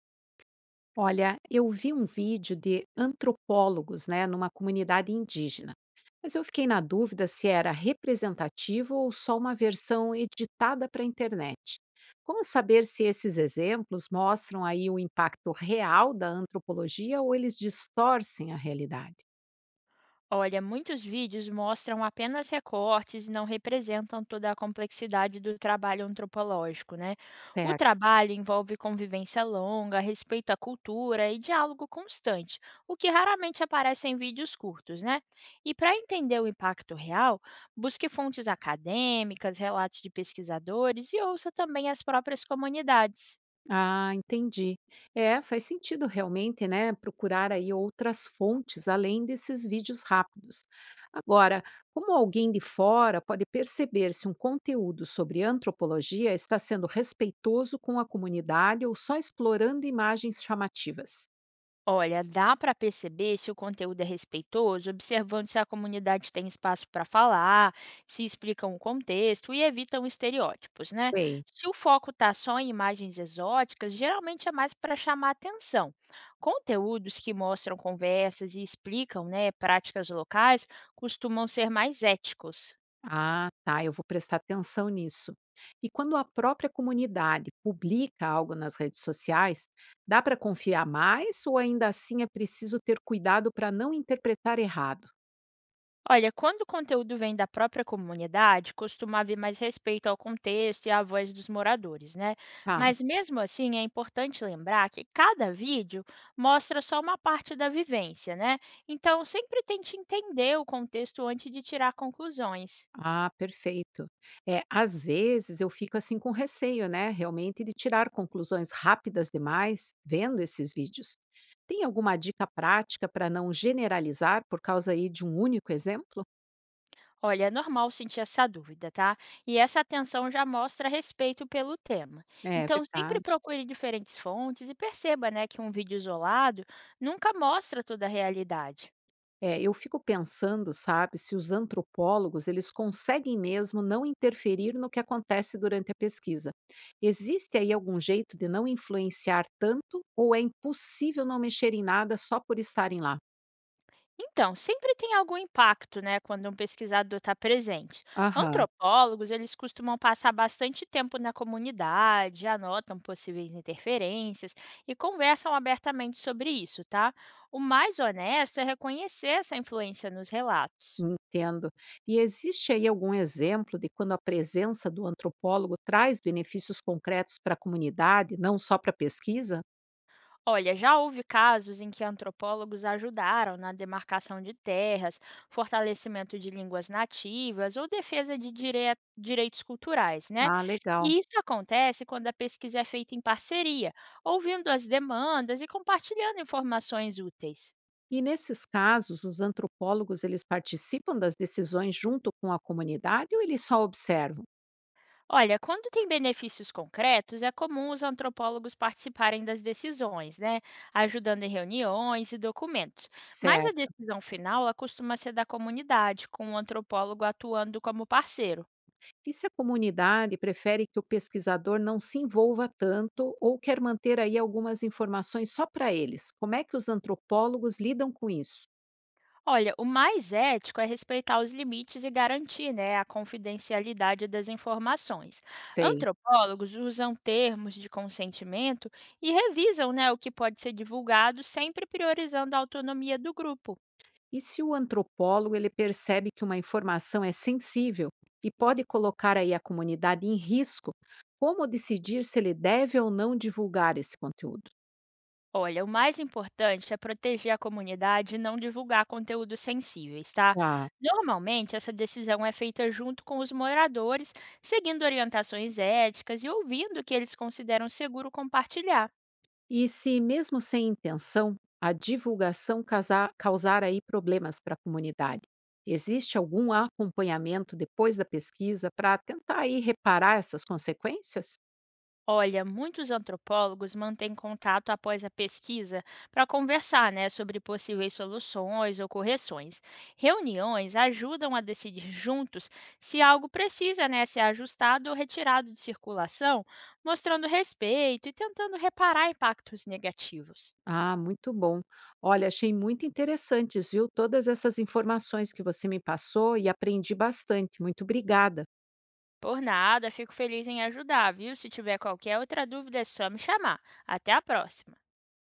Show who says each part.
Speaker 1: Olha, eu vi um vídeo de antropólogos, né, numa comunidade indígena, mas eu fiquei na dúvida se era representativo ou só uma versão editada para a internet. Como saber se esses exemplos mostram aí o impacto real da antropologia ou eles distorcem a realidade?
Speaker 2: Olha, muitos vídeos mostram apenas recortes e não representam toda a complexidade do trabalho antropológico, né? O
Speaker 1: Certo.
Speaker 2: trabalho envolve convivência longa, respeito à cultura e diálogo constante, o que raramente aparece em vídeos curtos, né? E para entender o impacto real, busque fontes acadêmicas, relatos de pesquisadores e ouça também as próprias comunidades.
Speaker 1: Ah, entendi. É, faz sentido realmente, né, procurar aí outras fontes além desses vídeos rápidos. Agora, como alguém de fora pode perceber se um conteúdo sobre antropologia está sendo respeitoso com a comunidade ou só explorando imagens chamativas?
Speaker 2: Olha, dá para perceber se o conteúdo é respeitoso, observando se a comunidade tem espaço para falar, se explicam o contexto e evitam estereótipos, né?
Speaker 1: Sei.
Speaker 2: Se o foco está só em imagens exóticas, geralmente é mais para chamar atenção. Conteúdos que mostram conversas e explicam, né, práticas locais costumam ser mais éticos.
Speaker 1: Ah, tá, eu vou prestar atenção nisso. E quando a própria comunidade publica algo nas redes sociais, dá para confiar mais ou ainda assim é preciso ter cuidado para não interpretar errado?
Speaker 2: Olha, quando o conteúdo vem da própria comunidade, costuma haver mais respeito ao contexto e à voz dos moradores, né?
Speaker 1: Tá.
Speaker 2: Mas mesmo assim, é importante lembrar que cada vídeo mostra só uma parte da vivência, né? Então, sempre tente entender o contexto antes de tirar conclusões.
Speaker 1: Ah, perfeito. É, às vezes eu fico assim com receio, né, realmente de tirar conclusões rápidas demais vendo esses vídeos. Tem alguma dica prática para não generalizar por causa aí de um único exemplo?
Speaker 2: Olha, é normal sentir essa dúvida, tá? E essa atenção já mostra respeito pelo tema.
Speaker 1: É
Speaker 2: Então, sempre
Speaker 1: verdade.
Speaker 2: procure diferentes fontes e perceba, né, que um vídeo isolado nunca mostra toda a realidade.
Speaker 1: É, eu fico pensando, sabe, se os antropólogos eles conseguem mesmo não interferir no que acontece durante a pesquisa. Existe aí algum jeito de não influenciar tanto ou é impossível não mexer em nada só por estarem lá?
Speaker 2: Então, sempre tem algum impacto, né, quando um pesquisador está presente.
Speaker 1: Aham,
Speaker 2: Antropólogos, eles costumam passar bastante tempo na comunidade, anotam possíveis interferências e conversam abertamente sobre isso, tá? O mais honesto é reconhecer essa influência nos relatos.
Speaker 1: entendo. E existe aí algum exemplo de quando a presença do antropólogo traz benefícios concretos para a comunidade, não só para a pesquisa?
Speaker 2: Olha, já houve casos em que antropólogos ajudaram na demarcação de terras, fortalecimento de línguas nativas ou defesa de direitos culturais, né?
Speaker 1: Ah, legal.
Speaker 2: E isso acontece quando a pesquisa é feita em parceria, ouvindo as demandas e compartilhando informações úteis.
Speaker 1: E nesses casos, os antropólogos eles participam das decisões junto com a comunidade ou eles só observam?
Speaker 2: Olha, quando tem benefícios concretos, é comum os antropólogos participarem das decisões, né? Ajudando em reuniões e documentos. Mas a
Speaker 1: Certo.
Speaker 2: decisão final ela costuma ser da comunidade, com o antropólogo atuando como parceiro.
Speaker 1: E se a comunidade prefere que o pesquisador não se envolva tanto ou quer manter aí algumas informações só para eles? Como é que os antropólogos lidam com isso?
Speaker 2: Olha, o mais ético é respeitar os limites e garantir, né, a confidencialidade das informações.
Speaker 1: Sei.
Speaker 2: Antropólogos usam termos de consentimento e revisam, né, o que pode ser divulgado, sempre priorizando a autonomia do grupo.
Speaker 1: E se o antropólogo ele percebe que uma informação é sensível e pode colocar aí a comunidade em risco, como decidir se ele deve ou não divulgar esse conteúdo?
Speaker 2: Olha, o mais importante é proteger a comunidade e não divulgar conteúdos sensíveis, tá?
Speaker 1: Tá.
Speaker 2: Normalmente, essa decisão é feita junto com os moradores, seguindo orientações éticas e ouvindo o que eles consideram seguro compartilhar.
Speaker 1: E se, mesmo sem intenção, a divulgação causar aí problemas para a comunidade, existe algum acompanhamento depois da pesquisa para tentar aí reparar essas consequências?
Speaker 2: Olha, muitos antropólogos mantêm contato após a pesquisa para conversar, né, sobre possíveis soluções ou correções. Reuniões ajudam a decidir juntos se algo precisa, né, ser ajustado ou retirado de circulação, mostrando respeito e tentando reparar impactos negativos.
Speaker 1: Ah, muito bom. Olha, achei muito interessantes, viu? Todas essas informações que você me passou e aprendi bastante. Muito obrigada.
Speaker 2: Por nada, fico feliz em ajudar, viu? Se tiver qualquer outra dúvida, é só me chamar. Até a próxima!